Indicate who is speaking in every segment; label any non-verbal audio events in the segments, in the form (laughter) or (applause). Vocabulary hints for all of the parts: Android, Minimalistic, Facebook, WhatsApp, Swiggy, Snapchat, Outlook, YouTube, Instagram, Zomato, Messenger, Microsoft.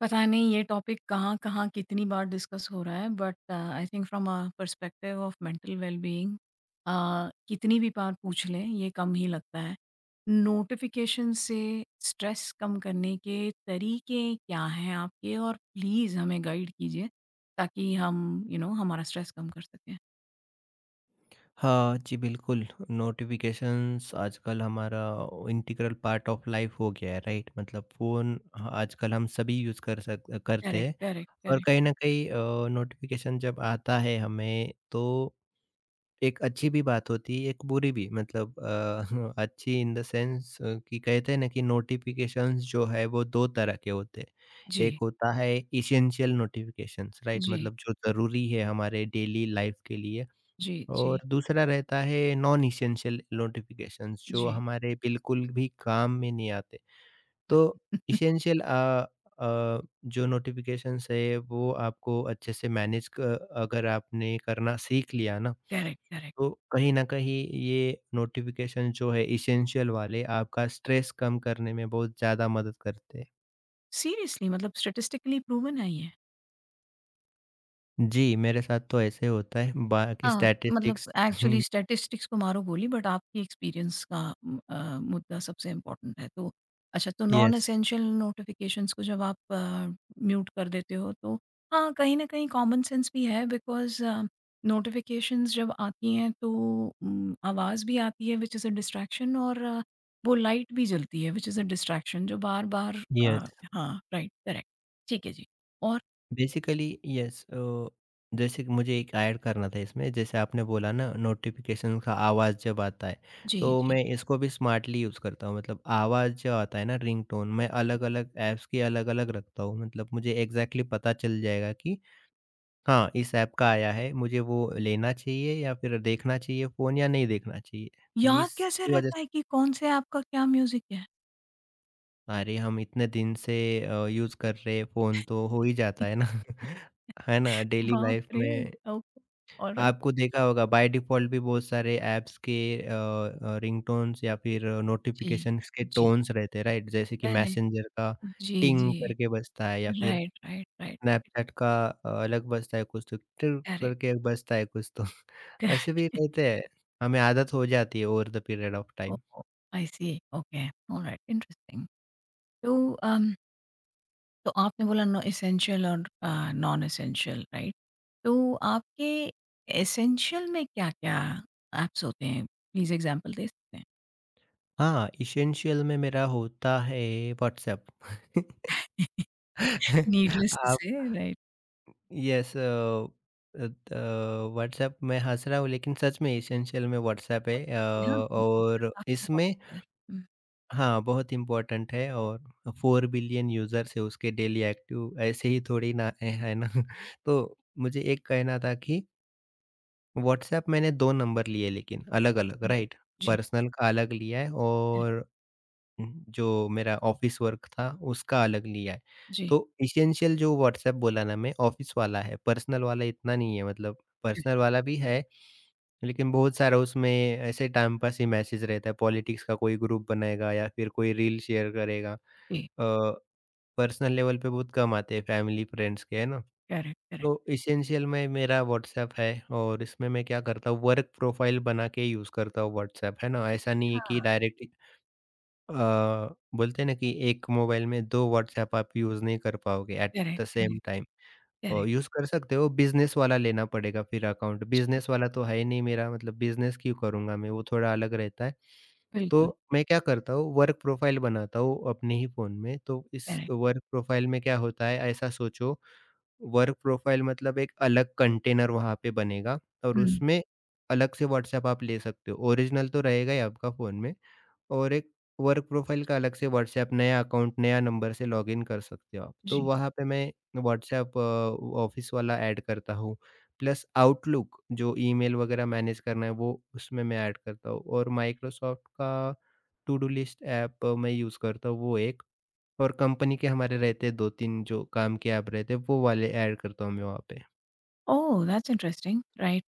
Speaker 1: पता नहीं ये टॉपिक कहाँ-कहाँ कितनी बार डिस्कस हो रहा है, but I think from a perspective of mental wellbeing. कितनी भी बार पूछ लें, ये कम ही लगता है। नोटिफ़िकेशन से स्ट्रेस कम करने के तरीके क्या हैं आपके? और प्लीज़ हमें गाइड कीजिए ताकि हम यू you नो know, हमारा स्ट्रेस कम कर सकें।
Speaker 2: हाँ जी, बिल्कुल। नोटिफ़िकेशंस आजकल हमारा इंटीग्रल पार्ट ऑफ लाइफ हो गया है, राइट? मतलब फ़ोन ह आजकल हम सभी यूज़ कर सक करते
Speaker 1: करेक्ट,
Speaker 2: हैं।
Speaker 1: करेक्ट,
Speaker 2: और
Speaker 1: करेक्ट।
Speaker 2: कहीं न कहीं नोटिफ़िकेशन जब आता है हमें, तो एक अच्छी भी बात होती है, एक बुरी भी। मतलब (laughs) अच्छी इन द सेंस कि कहते हैं ना कि नोटिफ़िकेशंस जो है, वो 2 तरह के होते हैं। एक
Speaker 1: जी,
Speaker 2: होता है एसेंशियल नोटिफ़िकेशंस, राइट?
Speaker 1: जी,
Speaker 2: मतलब जो ज़रूरी है हमारे डेली लाइफ़ के लिए।
Speaker 1: जी, जी,
Speaker 2: और दूसरा रहता है नॉन एसेंशियल नोटिफिकेशंस जो
Speaker 1: जी।
Speaker 2: हमारे बिल्कुल भी काम में नहीं आते। तो
Speaker 1: (laughs)
Speaker 2: एसेंशियल जो नोटिफिकेशंस है वो आपको अच्छे से मैनेज क अगर आपने करना सीख लिया ना,
Speaker 1: करेक्ट, करेक्ट।
Speaker 2: तो कहीं न कहीं ये नोटिफिकेशन जो है एसेंशियल वाले आपका स्ट्रेस कम करने में बहुत ज़्यादा मदद करते हैं।
Speaker 1: सीरियसली, मतलब स्टैटिस्टिकली प्रूवन है ये।
Speaker 2: जी, मेरे साथ तो ऐसे होता है, बाकी
Speaker 1: हाँ, मतलब
Speaker 2: स्टैटिस्टिक्स।
Speaker 1: एक्चुअली
Speaker 2: (laughs)
Speaker 1: स्टैटिस्टिक्स को मारो गोली, बट आपकी एक्सपीरियंस का मुद्दा सबसे इम्पोर्टेंट है। तो अच्छा, तो नॉन
Speaker 2: यस,
Speaker 1: एसेंशियल नोटिफ़िकेशंस को जब आप म्यूट कर देते हो, तो हाँ, कहीं न कहीं कॉमन सेंस भी है, बिकॉज़ नोटिफ़िकेशंस जब आती हैं, तो आवाज़ भी आती है व्हिच इज़ अ डिस्ट्रैक्शन, और वो लाइट भी जलती है व्हिच इज़ अ डिस्ट्रैक्शन जो बार-बार अ,
Speaker 2: यस।
Speaker 1: हाँ, राइट, करेक्ट। ठीक है जी। और
Speaker 2: बेसिकली यस, जैसे कि मुझे एक ऐड करना था इसमें, जैसे आपने बोला ना, नोटिफिकेशन का आवाज़ जब आता है,
Speaker 1: जी, जी,
Speaker 2: तो
Speaker 1: जी।
Speaker 2: मैं इसको भी स्मार्टली यूज़ करता हूँ। मतलब आवाज़ जो आता है ना, रिंगटोन मैं अलग-अलग ऐप्स की अलग-अलग रखता हूँ। मतलब मुझे एग्ज़ैक्टली पता चल जाएगा कि हाँ, इस ऐप का आया है, मुझे वो लेना चाहिए या फिर देखना चाहिए फ़ोन, या नहीं देखना चाहिए।
Speaker 1: याद कैसे
Speaker 2: इसकी वजह
Speaker 1: रहता
Speaker 2: से
Speaker 1: है कि कौन से ऐप का क्या म्यूज़िक है?
Speaker 2: अरे! हम इतने दिन से यूज़ कर रहे हैं फ़ोन, तो हो ही जाता है
Speaker 1: (laughs)
Speaker 2: ना। (laughs) है ना? डेली
Speaker 1: बाप
Speaker 2: लाइफ़
Speaker 1: रे!
Speaker 2: में
Speaker 1: ओके, ऑलराइट।
Speaker 2: आपको देखा होगा, बाय डिफ़ॉल्ट भी बहुत सारे ऐप्स के रिंगटोन्स या फिर
Speaker 1: जी,
Speaker 2: नोटिफ़िकेशंस के
Speaker 1: जी,
Speaker 2: टोन्स रहते हैं, राइट? जैसे कि
Speaker 1: करेक्ट,
Speaker 2: मैसेंजर का
Speaker 1: जी,
Speaker 2: टिंग
Speaker 1: जी।
Speaker 2: करके बजता है या फिर
Speaker 1: राइट, राइट, राइट,
Speaker 2: स्नैपचैट का अलग बजता है, कुछ तो टिर
Speaker 1: करेक्ट।
Speaker 2: करके बजता है कुछ तो। (laughs) ऐसे
Speaker 1: (laughs)
Speaker 2: भी रहते हैं, हमें आदत हो जाती है over the period of time.
Speaker 1: Oh! I see, okay, alright, interesting. तो अम, तो आपने बोला नो एसेंशियल और नॉन एसेंशियल, राइट? तो आपके एसेंशियल में क्या-क्या ऐप्स होते हैं? प्लीज़ एग्ज़ाम्पल दे सकते हैं?
Speaker 2: हाँ, एसेंशियल में मेरा होता है व्हाट्सएप। (laughs)
Speaker 1: (laughs) नीडलेस टू
Speaker 2: आप
Speaker 1: से, राइट।
Speaker 2: यस अ, अ, त व्हाट्सएप मैं हँस रहा हूँ, लेकिन सच में एसेंशियल में व्हाट्सएप है।
Speaker 1: व्हाट्सऐप
Speaker 2: और
Speaker 1: काफ़ी
Speaker 2: इसमें
Speaker 1: इम्पोर्टेंट है।
Speaker 2: हाँ, बहुत इम्पोर्टेंट है। और 4 बिलियन यूज़र्स है उसके डेली एक्टिव, ऐसे ही थोड़ी ना है ना? (laughs) तो मुझे एक कहना था कि व्हाट्सएप मैंने 2 नंबर लिए, लेकिन अलग-अलग,
Speaker 1: हुँ।
Speaker 2: राइट?
Speaker 1: जी,
Speaker 2: पर्सनल का अलग लिया है,
Speaker 1: करेक्ट,
Speaker 2: और जो मेरा ऑफ़िस वर्क था उसका अलग लिया है।
Speaker 1: जी,
Speaker 2: तो एसेंशियल जो व्हाट्सएप बोला ना मैं, ऑफ़िस वाला है। पर्सनल वाला इतना नहीं है, मतलब
Speaker 1: करेक्ट,
Speaker 2: पर्सनल वाला भी है, लेकिन बहुत सारा उसमें ऐसे टाइम पास ही मैसेज रहता है, पॉलिटिक्स का कोई ग्रुप बनाएगा या फिर कोई रील शेयर करेगा। अ,
Speaker 1: जी,
Speaker 2: पर्सनल लेवल पे बहुत कम आते हैं, फैमिली, फ्रेंड्स के, है ना?
Speaker 1: Correct, correct.
Speaker 2: तो एसेंशियल में मेरा व्हाट्सएप है, और इसमें मैं क्या करता हूँ, वर्क प्रोफ़ाइल बना के यूज़ करता हूँ व्हाट्सएप, है ना? ऐसा नहीं है
Speaker 1: अच्छा।
Speaker 2: कि डायरेक्ट अ, बोलते हैं ना कि एक मोबाइल में 2 व्हाट्सऐप आप यूज़ नहीं कर पाओगे at
Speaker 1: correct,
Speaker 2: the same
Speaker 1: correct,
Speaker 2: time.
Speaker 1: Correct,
Speaker 2: use कर सकते हो, बिज़नेस वाला लेना पड़ेगा फिर अकाउंट,
Speaker 1: जी,
Speaker 2: बिज़नेस वाला तो है ही नहीं मेरा, मतलब बिज़नेस क्यों करूँगा मैं, वो थोड़ा अलग रहता है।
Speaker 1: बिल्कुल,
Speaker 2: तो मैं क्या करता हूँ, वर्क प्रोफ़ाइल बनाता हूँ अपने ही फ़ोन में, तो इस
Speaker 1: करेक्ट,
Speaker 2: वर्क प्रोफ़ाइल में क्या होता है, ऐसा सोचो वर्क प्रोफ़ाइल मतलब एक अलग कंटेनर वहाँ पे बनेगा और
Speaker 1: हुँ,
Speaker 2: उसमें अलग से व्हाट्सऐप आप ले सकते हो। ओरिजिनल तो रहेगा ही आपका फ़ोन में। और एक वर्क प्रोफाइल का अलग से व्हाट्सएप नया अकाउंट, नया नंबर से लॉगिन कर सकते हो आप। तो
Speaker 1: जी।
Speaker 2: वहाँ पे मैं व्हाट्सएप ऑफ़िस वाला ऐड करता हूँ, प्लस आउटलुक जो ईमेल वगैरह मैनेज करना है वो उसमें मैं ऐड करता हूँ, और माइक्रोसॉफ्ट का टू डू लिस्ट ऐप मैं यूज़ करता हूँ, वो एक और कंपनी के हमारे रहते हैं 2-3 जो काम के ऐप, रहते हैं वो वाले ऐड करता हूँ मैं वहाँ पे।
Speaker 1: ओह! That's interesting, right.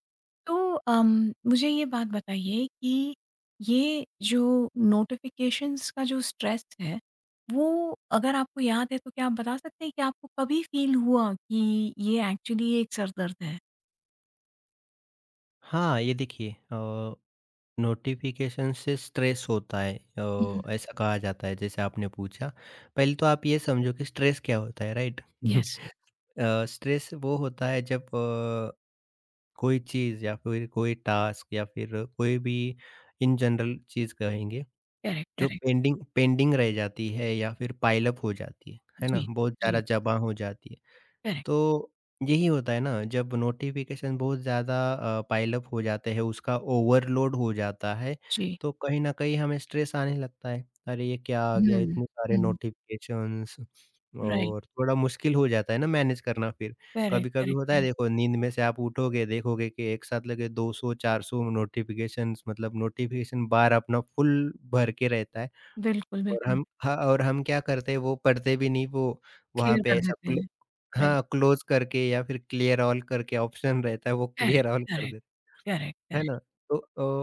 Speaker 1: तो मुझे ये बात बताइए कि ये जो नोटिफ़िकेशंस का जो स्ट्रेस है, वो, अगर आपको याद है, तो क्या आप बता सकते हैं कि आपको कभी फ़ील हुआ कि ये एक्चुअली एक सर-दर्द है?
Speaker 2: हाँ, ये देखिए, नोटिफिकेशन से स्ट्रेस होता है,
Speaker 1: हुँ,
Speaker 2: ऐसा कहा जाता है, जैसे आपने पूछा। पहले तो आप ये समझो कि स्ट्रेस क्या होता है, राइट?
Speaker 1: येस,
Speaker 2: (laughs) स्ट्रेस वो होता है जब कोई चीज़ या फिर कोई टास्क या फिर कोई भी इन जनरल चीज़ कहेंगे,
Speaker 1: करेक्ट,
Speaker 2: जो
Speaker 1: करेक्ट,
Speaker 2: पेंडिंग पेंडिंग रह जाती है या फिर पाइल अप हो जाती है ना,
Speaker 1: जी,
Speaker 2: बहुत सारा
Speaker 1: जी,
Speaker 2: जमा हो जाती है।
Speaker 1: करेक्ट,
Speaker 2: तो यही होता है ना, जब नोटिफिकेशन बहुत ज़्यादा पाइल अप हो जाते हैं, उसका ओवरलोड हो जाता है,
Speaker 1: जी।
Speaker 2: तो कहीं न कहीं हमें स्ट्रेस आने लगता है। अरे, ये क्या आ गया
Speaker 1: हुँ,
Speaker 2: इतने सारे
Speaker 1: हुँ,
Speaker 2: नोटिफिकेशंस!
Speaker 1: राइट।
Speaker 2: और थोड़ा मुश्किल हो जाता है ना मैनेज करना फिर।
Speaker 1: करेक्ट,
Speaker 2: कभी-कभी
Speaker 1: करेक्ट,
Speaker 2: होता है
Speaker 1: करेक्ट।
Speaker 2: देखो, नींद में से आप उठोगे, देखोगे कि एक साथ लगे 200-400 नोटिफिकेशंस, मतलब नोटिफिकेशन बार अपना फुल भर के रहता है।
Speaker 1: बिल्कुल,
Speaker 2: और
Speaker 1: बिल्कुल।
Speaker 2: हम हाँ, और हम क्या करते हैं, वो पढ़ते भी नहीं, वो वहाँ
Speaker 1: क्लियर
Speaker 2: पे
Speaker 1: कर
Speaker 2: ऐसा,
Speaker 1: देते हैं। राइट,
Speaker 2: हाँ, क्लोज़ करके या फिर क्लियर ऑल करके ऑप्शन रहता है, वो
Speaker 1: करेक्ट,
Speaker 2: क्लियर ऑल कर
Speaker 1: करेक्ट,
Speaker 2: देते,
Speaker 1: करेक्ट,
Speaker 2: है
Speaker 1: करेक्ट।
Speaker 2: ना? तो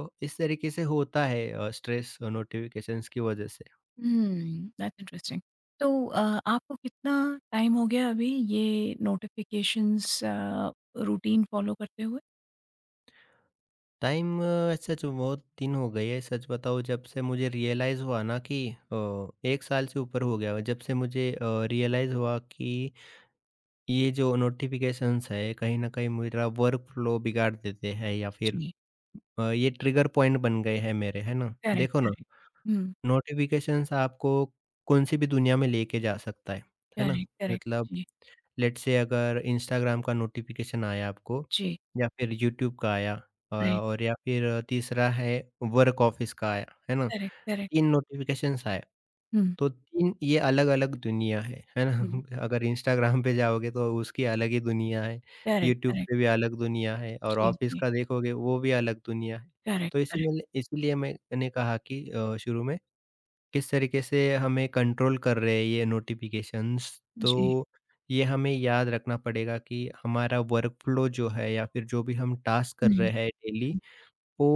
Speaker 2: इस तरीके से होता है स्ट्रेस नोटिफ़िकेशंस की वजह से।
Speaker 1: हुँ, दैट्स इंटरेस्टिंग। तो आपको कितना टाइम हो गया अभी ये नोटिफ़िकेशंस रूटीन फ़ॉलो करते हुए?
Speaker 2: टाइम, सच में बहुत दिन हो गए हैं, सच बताऊँ, जब से मुझे रियलाइज़ हुआ ना कि 1 साल से ऊपर हो गया है, जब से मुझे रियलाइज़ हुआ कि ये जो नोटिफ़िकेशंस है, कहीं न कहीं मेरा वर्क फ्लो बिगाड़ देते हैं या फिर
Speaker 1: जी,
Speaker 2: ये ट्रिगर पॉइंट बन गए हैं मेरे, है ना?
Speaker 1: करेक्ट,
Speaker 2: देखो ना,
Speaker 1: करेक्ट। हुँ,
Speaker 2: नोटिफ़िकेशंस आपको कौन-सी भी दुनिया में लेके जा सकता है ना?
Speaker 1: Correct, correct.
Speaker 2: मतलब,
Speaker 1: जी,
Speaker 2: लेट्स से, अगर इंस्टाग्राम का नोटिफ़िकेशन आया आपको,
Speaker 1: जी,
Speaker 2: या फिर यूट्यूब का आया,
Speaker 1: राइट,
Speaker 2: और या फिर तीसरा है वर्क ऑफिस का आया, है ना?
Speaker 1: Correct, correct.
Speaker 2: 3 नोटिफ़िकेशंस आए,
Speaker 1: हुँ,
Speaker 2: तो 3 ये अलग-अलग दुनिया है ना?
Speaker 1: हुँ,
Speaker 2: (laughs) अगर इंस्टाग्राम पे जाओगे तो उसकी अलग ही दुनिया है,
Speaker 1: करेक्ट,
Speaker 2: यूट्यूब
Speaker 1: करेक्ट।
Speaker 2: पे भी अलग दुनिया है, और
Speaker 1: जी,
Speaker 2: ऑफिस
Speaker 1: जी,
Speaker 2: का देखोगे वो भी अलग दुनिया है।
Speaker 1: करेक्ट,
Speaker 2: तो इसी
Speaker 1: करेक्ट।
Speaker 2: में, इसीलिए मैंने कहा कि शुरू में किस तरीके से हमें कंट्रोल कर रहे हैं ये नोटिफिकेशंस। तो
Speaker 1: जी।
Speaker 2: ये हमें याद रखना पड़ेगा कि हमारा वर्क फ्लो जो है, या फिर जो भी हम टास्क
Speaker 1: हुँ,
Speaker 2: कर
Speaker 1: हुँ,
Speaker 2: रहे हैं डेली, वो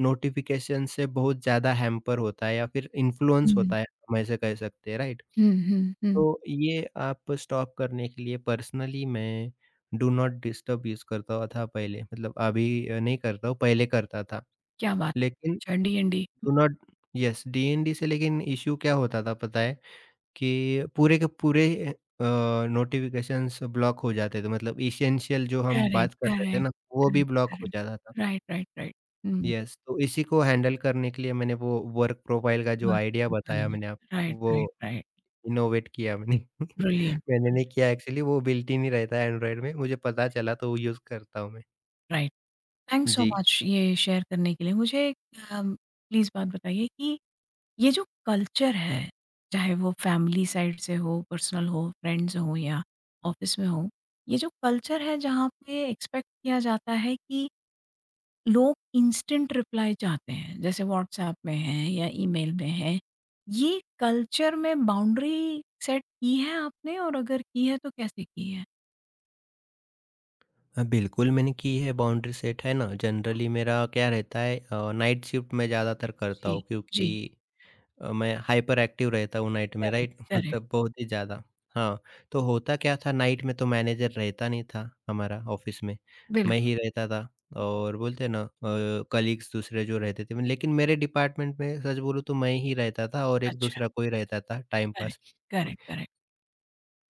Speaker 2: नोटिफिकेशन से बहुत ज़्यादा हैम्पर होता है या फिर इन्फ्लुएंस
Speaker 1: हुँ,
Speaker 2: होता है, हम ऐसे कह सकते हैं, राइट?
Speaker 1: हुँ, हुँ, हुँ।
Speaker 2: तो ये आप स्टॉप करने के लिए पर्सनली मैं डू नॉट डिस्टर्ब यूज़ करता था पहले, मतलब अभी नहीं करता हूँ, पहले करता था।
Speaker 1: क्या बात है!
Speaker 2: लेकिन
Speaker 1: अच्छा, D and D.
Speaker 2: Do not yes, DND से, लेकिन इश्यू क्या होता था पता है, कि पूरे के पूरे अ, नोटिफ़िकेशंस ब्लॉक हो जाते थे, मतलब एसेंशियल जो हम
Speaker 1: करेक्ट,
Speaker 2: बात कर रहे थे
Speaker 1: करेक्ट,
Speaker 2: ना, वो भी ब्लॉक हो
Speaker 1: करेक्ट, करेक्ट।
Speaker 2: जाता था।
Speaker 1: Right, right, right. Mm.
Speaker 2: Yes, तो इसी को हैंडल करने के लिए मैंने वो वर्क प्रोफ़ाइल का जो
Speaker 1: Work
Speaker 2: आइडिया
Speaker 1: from
Speaker 2: बताया
Speaker 1: home.
Speaker 2: मैंने
Speaker 1: Right,
Speaker 2: आपको, वो
Speaker 1: right, right.
Speaker 2: इनोवेट किया मैंने। (laughs)
Speaker 1: Brilliant,
Speaker 2: मैंने नहीं
Speaker 1: brilliant.
Speaker 2: किया एक्चुअली, वो बिल्ट इन ही नहीं रहता है एंड्रॉइड में, मुझे पता चला तो वो यूज़ करता हूँ मैं।
Speaker 1: Right. थैंक्स सो
Speaker 2: जी।
Speaker 1: मच ये शेयर करने के लिए। मुझे प्लीज़ बात बताइए कि ये जो कल्चर है, चाहे वो फैमिली साइड से हो, पर्सनल हो, फ्रेंड्स हो या ऑफिस में हो, ये जो कल्चर है जहाँ पे एक्सपेक्ट किया जाता है कि लोग इंस्टेंट रिप्लाई चाहते हैं जैसे व्हाट्सएप में है या ईमेल में है। ये कल्चर में बाउंड्री सेट की है आपने? और अगर की है, तो कैसे की है?
Speaker 2: बिल्कुल मैंने की है, बाउंड्री सेट है ना,
Speaker 1: वाह!
Speaker 2: जनरली मेरा क्या रहता है, नाइट शिफ्ट मैं ज़्यादातर करता
Speaker 1: जी,
Speaker 2: हूँ, क्योंकि
Speaker 1: जी।
Speaker 2: मैं हाइपर एक्टिव रहता हूँ नाइट में,
Speaker 1: करेक्ट,
Speaker 2: राइट? (laughs)
Speaker 1: करेक्ट,
Speaker 2: मतलब बहुत ही ज़्यादा। हाँ, तो होता क्या था नाइट में, तो मैनेजर रहता नहीं था हमारा ऑफ़िस में, मैं
Speaker 1: बिल्कुल।
Speaker 2: ही रहता था। और बोलते हैं ना, कलीग्स दूसरे जो रहते थे, लेकिन मेरे डिपार्टमेंट में सच बोलूँ तो मैं ही रहता था, और एक
Speaker 1: अच्छा,
Speaker 2: दूसरा कोई रहता था टाइम
Speaker 1: करेक्ट,
Speaker 2: पास।
Speaker 1: Correct,
Speaker 2: (laughs)
Speaker 1: correct.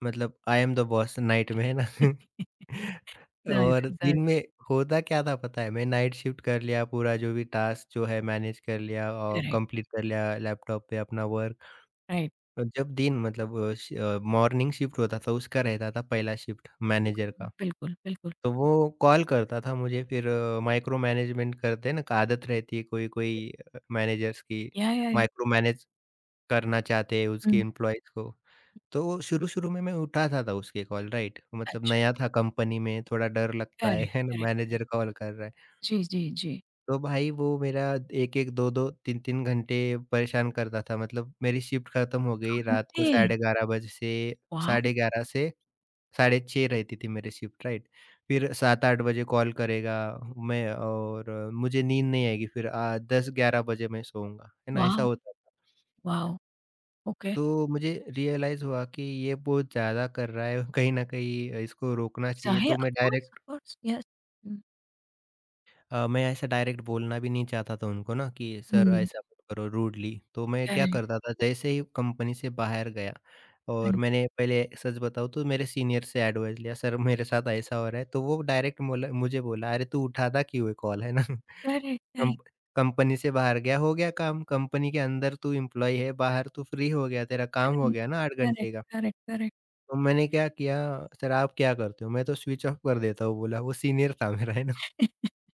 Speaker 2: मतलब I am the boss night में, है ना?
Speaker 1: (laughs)
Speaker 2: (laughs)
Speaker 1: ज़ाहिर
Speaker 2: और
Speaker 1: है, ज़ाहिर
Speaker 2: दिन
Speaker 1: है।
Speaker 2: में होता क्या था पता है, मैं नाइट शिफ्ट कर लिया, पूरा जो भी टास्क जो है मैनेज कर लिया और
Speaker 1: करेक्ट,
Speaker 2: कंप्लीट कर लिया लैपटॉप पे अपना वर्क।
Speaker 1: राइट,
Speaker 2: जब दिन मतलब मॉर्निंग शिफ्ट होता था, उसका रहता था पहला शिफ्ट मैनेजर
Speaker 1: बिल्कुल,
Speaker 2: का।
Speaker 1: बिल्कुल, बिल्कुल।
Speaker 2: तो वो कॉल करता था मुझे फिर, माइक्रो मैनेजमेंट करते हैं ना, आदत रहती है कोई-कोई मैनेजर्स की,
Speaker 1: या, या।
Speaker 2: माइक्रो मैनेज करना चाहते हैं
Speaker 1: हुँ,
Speaker 2: उसके एम्प्लॉइज़ को। तो शुरू-शुरू में मैं उठाता था उसके कॉल, राइट, मतलब
Speaker 1: अच्छा।
Speaker 2: नया था कंपनी में, थोड़ा डर लगता
Speaker 1: करेक्ट,
Speaker 2: है ना?
Speaker 1: Correct, correct.
Speaker 2: मैनेजर कॉल कर रहा है।
Speaker 1: जी, जी, जी।
Speaker 2: तो भाई वो मेरा 1-1, 2-2, 3-3 घंटे परेशान करता था, मतलब मेरी शिफ्ट खत्म हो गई रात को
Speaker 1: घंटे!
Speaker 2: साढ़े 11 बजे से,
Speaker 1: वाओ!
Speaker 2: साढ़े 11 से साढ़े 6 रहती थी मेरी शिफ्ट, राइट। फिर 7-8 बजे कॉल करेगा, मैं, और मुझे नींद नहीं आएगी, फिर 10-11 बजे मैं सोऊँगा, है ना? ऐसा
Speaker 1: वाओ!
Speaker 2: होता था।
Speaker 1: वाओ! ओके।
Speaker 2: तो मुझे रियलाइज़ हुआ कि ये बहुत ज़्यादा कर रहा है कहीं न कहीं इसको रोकना चाहिए
Speaker 1: ज़ाहिर,
Speaker 2: तो मैं
Speaker 1: ऑफ
Speaker 2: डायरेक्ट
Speaker 1: कोर्स, यस।
Speaker 2: मैं ऐसा डायरेक्ट बोलना भी नहीं चाहता था उनको ना कि सर
Speaker 1: Hmm.
Speaker 2: ऐसा मत करो रूडली। तो मैं क्या
Speaker 1: Correct,
Speaker 2: करता था जैसे ही कंपनी से बाहर गया और
Speaker 1: right.
Speaker 2: मैंने, पहले सच बताऊँ तो, मेरे सीनियर से एडवाइस लिया। सर मेरे साथ ऐसा हो रहा है, तो वो डायरेक्ट बोला मुझे, बोला अरे तू उठाता क्यों है कॉल, है ना? (laughs)
Speaker 1: Correct, correct,
Speaker 2: कम- कंपनी से बाहर गया हो गया काम। कंपनी के अंदर तू एम्प्लॉय है, बाहर तू फ्री हो गया, तेरा काम हो
Speaker 1: correct.
Speaker 2: गया ना आठ
Speaker 1: Correct, Okay.
Speaker 2: घंटे का।
Speaker 1: Correct, correct.
Speaker 2: तो मैंने क्या किया, सर आप क्या करते हो? मैं तो स्विच ऑफ कर देता हूँ, बोला। वो सीनियर था मेरा, है ना?
Speaker 1: (laughs)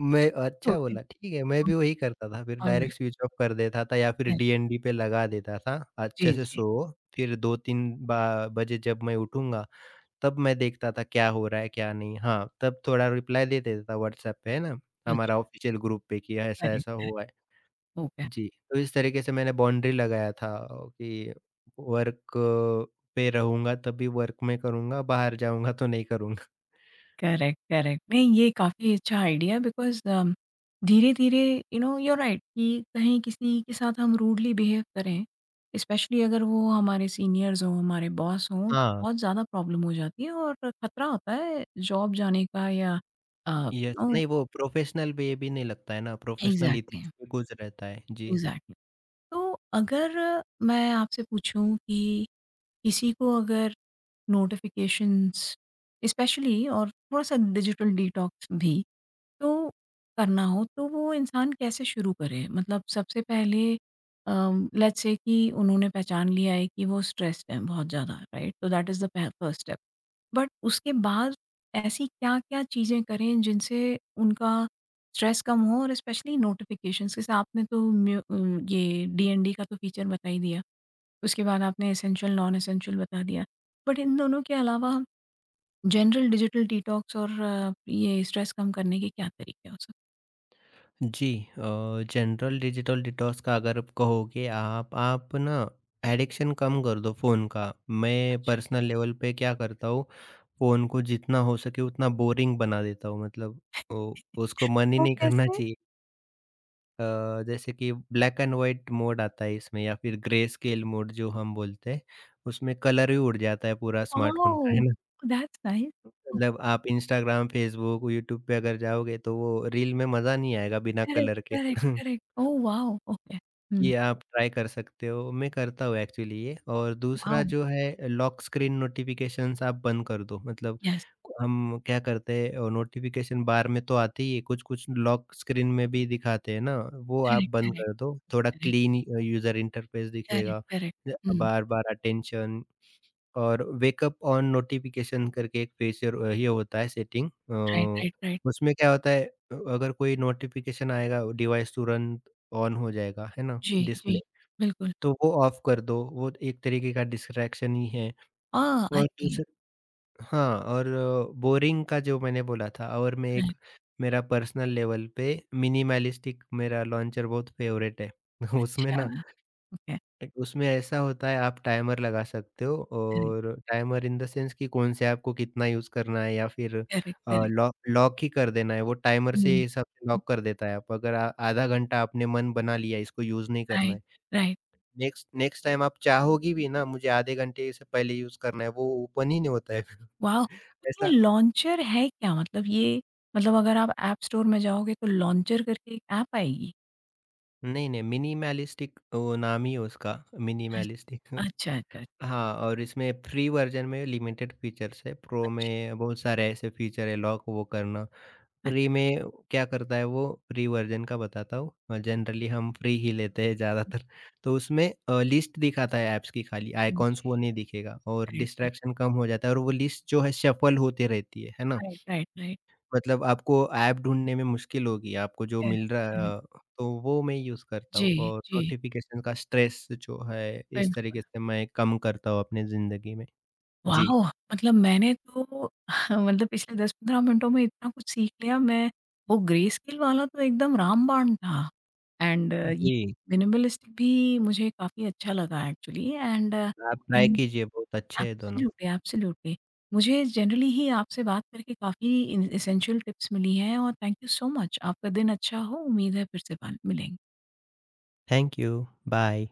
Speaker 2: मैं अच्छा
Speaker 1: ओके,
Speaker 2: बोला, ठीक है, मैं
Speaker 1: ओ
Speaker 2: भी वही करता था, फिर
Speaker 1: ऑलराइट,
Speaker 2: डायरेक्ट स्विच ऑफ कर देता था या फिर
Speaker 1: करेक्ट,
Speaker 2: डीएनडी पे लगा देता था,
Speaker 1: जी,
Speaker 2: अच्छे से
Speaker 1: जी,
Speaker 2: सोओ। फिर 2-3 बा बजे जब मैं उठूँगा, तब मैं देखता था क्या हो रहा है, क्या नहीं। हाँ, तब थोड़ा रिप्लाई दे देता था व्हाट्सएप पे, है ना?
Speaker 1: अच्छा,
Speaker 2: हमारा ऑफ़िशियल ग्रुप पे कि
Speaker 1: करेक्ट,
Speaker 2: ऐसा-ऐसा
Speaker 1: करेक्ट,
Speaker 2: हुआ है।
Speaker 1: ओके,
Speaker 2: जी, तो इस तरीके से मैंने बाउंड्री लगाया था कि वर्क पे रहूँगा तभी वर्क में करूँगा, बाहर जाऊँगा तो नहीं करूँगा।
Speaker 1: Correct, correct. नहीं, ये काफ़ी अच्छा आइडिया है, बिकॉज़ धीरे-धीरे you know you are right कि कहीं किसी के साथ हम रूडली बिहेव करें, स्पेशली अगर वो हमारे सीनियर्स हों, हमारे बॉस हों, तो
Speaker 2: हाँ।
Speaker 1: बहुत ज़्यादा प्रॉब्लम हो जाती है और खतरा होता है जॉब जाने का या अ,
Speaker 2: यस,
Speaker 1: यू नो
Speaker 2: नहीं वो प्रोफेशनल वे भी नहीं लगता है ना, प्रोफेशनल
Speaker 1: एग्ज़ैक्टली,
Speaker 2: एथिक्स में कुछ रहता है। जी।
Speaker 1: एग्ज़ैक्टली। तो अगर मैं आपसे पूछूं कि किसी को अगर नोटिफिकेशंस स्पेशली और थोड़ा सा डिजिटल डिटॉक्स भी तो करना हो, तो वो इंसान कैसे शुरू करे? मतलब सबसे पहले, लेट्स से कि उन्होंने पहचान लिया है कि वो स्ट्रेस्ड हैं बहुत ज़्यादा, राइट? तो दैट इज़ द प फर्स्ट स्टेप। बट उसके बाद ऐसी क्या-क्या चीज़ें करें जिनसे उनका स्ट्रेस कम हो? और स्पेशली नोटिफ़िकेशंस जैसे आपने तो ये डीएनडी का तो फीचर बता ही दिया। उसके बाद आपने एसेंशियल, नॉन एसेंशियल बता दिया। बट इन दोनों के अलावा जनरल डिजिटल डिटॉक्स और ये स्ट्रेस कम करने के क्या तरीके हो सकते हैं?
Speaker 2: जी। अ, जनरल डिजिटल डिटॉक्स का अगर आप कहोगे, आप ना एडिक्शन कम कर दो फ़ोन का। मैं
Speaker 1: अच्छा,
Speaker 2: पर्सनल लेवल पे क्या करता हूँ, फ़ोन को जितना हो सके उतना बोरिंग बना देता हूँ। मतलब ओ उसको मन ही
Speaker 1: वो
Speaker 2: नहीं करना
Speaker 1: कैसे?
Speaker 2: चाहिए। जैसे कि ब्लैक एंड व्हाइट मोड आता है इसमें या फिर ग्रे स्केल मोड जो हम बोलते हैं, उसमें कलर ही उड़ जाता है पूरा स्मार्टफ़ोन
Speaker 1: वाओ!
Speaker 2: का, है ना?
Speaker 1: That's nice.
Speaker 2: मतलब आप इंस्टाग्राम, फ़ेसबुक, यूट्यूब पे अगर जाओगे तो वो रील में मज़ा नहीं आएगा बिना
Speaker 1: करेक्ट,
Speaker 2: कलर के।
Speaker 1: Correct,
Speaker 2: (laughs)
Speaker 1: correct. Oh wow! Okay. हुँ,
Speaker 2: कि आप ट्राई कर सकते हो, मैं करता हूँ एक्चुअली ये। और
Speaker 1: वाओ!
Speaker 2: दूसरा जो है, लॉक स्क्रीन नोटिफ़िकेशंस आप बंद कर दो। मतलब
Speaker 1: यस,
Speaker 2: हम क्या करते हैं, नोटिफ़िकेशन बार में तो आते ही है, कुछ-कुछ लॉक स्क्रीन में भी दिखाते हैं ना, वो आप
Speaker 1: करेक्ट,
Speaker 2: बंद
Speaker 1: करेक्ट,
Speaker 2: कर दो। थोड़ा
Speaker 1: correct,
Speaker 2: clean user interface
Speaker 1: correct,
Speaker 2: दिखेगा।
Speaker 1: करेक्ट। हुँ,
Speaker 2: बार-बार अटेंशन। और वेकअप ऑन नोटिफ़िकेशन करके एक फ़ीचर ये होता है सेटिंग
Speaker 1: राइट, राइट, राइट।
Speaker 2: उसमें क्या होता है, अगर कोई नोटिफ़िकेशन आएगा डिवाइस तुरंत ऑन हो जाएगा, है ना?
Speaker 1: जी,
Speaker 2: डिस्प्ले।
Speaker 1: जी, बिल्कुल।
Speaker 2: तो वो ऑफ कर दो, वो एक तरीके का डिस्ट्रैक्शन ही है।
Speaker 1: आह, आई
Speaker 2: और
Speaker 1: सी।
Speaker 2: दूसर हाँ, और बोरिंग का जो मैंने बोला था, और मैं
Speaker 1: अच्छा,
Speaker 2: एक, मेरा पर्सनल लेवल पे मिनिमलिस्टिक मेरा लॉन्चर बहुत फ़ेवरेट है। (laughs) उसमें ना
Speaker 1: ओके।
Speaker 2: एक, उसमें ऐसा होता है आप टाइमर लगा सकते हो।
Speaker 1: करेक्ट,
Speaker 2: और टाइमर इन द सेंस कि कौन से ऐप को कितना यूज़ करना है, या फिर
Speaker 1: करेक्ट, करेक्ट।
Speaker 2: लॉक लॉक ही कर देना है, वो टाइमर
Speaker 1: हुँ,
Speaker 2: से हिसाब से
Speaker 1: हुँ,
Speaker 2: लॉक कर देता है। आप अगर आ आधा घंटा आपने मन बना लिया इसको यूज़ नहीं करना
Speaker 1: राइट,
Speaker 2: है।
Speaker 1: राइट।
Speaker 2: नेक्स्ट नेक्स्ट टाइम आप चाहोगी भी ना मुझे आधे घंटे से पहले यूज़ करना है, वो ओपन ही नहीं होता है फिर।
Speaker 1: वाओ!
Speaker 2: (laughs)
Speaker 1: तो ये
Speaker 2: ऐसा।
Speaker 1: लॉन्चर है क्या? मतलब ये मतलब अगर आप ऐप स्टोर में जाओगे तो लॉन्चर करके एक ऐप आएगी?
Speaker 2: नहीं, नहीं, मिनिमलिस्टिक वो नाम ही है उसका,
Speaker 1: अच
Speaker 2: मिनिमलिस्टिक।
Speaker 1: अच्छा, अच्छा, अच्छा,
Speaker 2: हाँ, और इसमें फ्री वर्ज़न में लिमिटेड फीचर्स है, प्रो
Speaker 1: अच्छा,
Speaker 2: में बहुत सारे ऐसे फीचर है लॉक वो करना। फ्री
Speaker 1: अच्छा।
Speaker 2: में क्या करता है वो, फ्री वर्ज़न का बताता हूँ। जनरली हम फ्री ही लेते हैं ज़्यादातर। तो उसमें लिस्ट दिखाता है ऐप्स की खाली,
Speaker 1: जी,
Speaker 2: आइकॉन्स
Speaker 1: जी।
Speaker 2: वो नहीं दिखेगा और
Speaker 1: करेक्ट, करेक्ट।
Speaker 2: डिस्ट्रैक्शन कम हो जाता है। और वो लिस्ट जो है शफ़ल होते रहती है ना?
Speaker 1: Right, right, right.
Speaker 2: मतलब आपको ऐप ढूँढने में मुश्किल होगी, आपको जो
Speaker 1: करेक्ट,
Speaker 2: मिल रहा
Speaker 1: करेक्ट।
Speaker 2: तो वो मैं यूज़ करता
Speaker 1: जी,
Speaker 2: हूँ। और
Speaker 1: जी,
Speaker 2: नोटिफ़िकेशन का स्ट्रेस जो है, इस
Speaker 1: बिल्कुल।
Speaker 2: तरीके से मैं कम करता हूँ अपनी ज़िंदगी में। जी।
Speaker 1: वॉव! मतलब मैंने तो (laughs) मतलब पिछले 10-15 मिनटों में इतना कुछ सीख लिया मैं, वो ग्रे स्केल वाला तो एकदम रामबाण था। एंड ये
Speaker 2: जी,
Speaker 1: मिनिमलिस्टिक भी मुझे काफ़ी अच्छा लगा एक्चुअली। एंड
Speaker 2: आप ट्राई
Speaker 1: एंड
Speaker 2: कीजिए, बहुत अच्छे हैं दोनों।
Speaker 1: Absolutely, absolutely. मुझे जनरली ही आपसे बात करके काफ़ी इन एसेंशियल टिप्स मिली हैं, और थैंक यू सो मच। आपका दिन अच्छा हो, उम्मीद है फिर से बात मिलेंगे।
Speaker 2: Thank you, bye.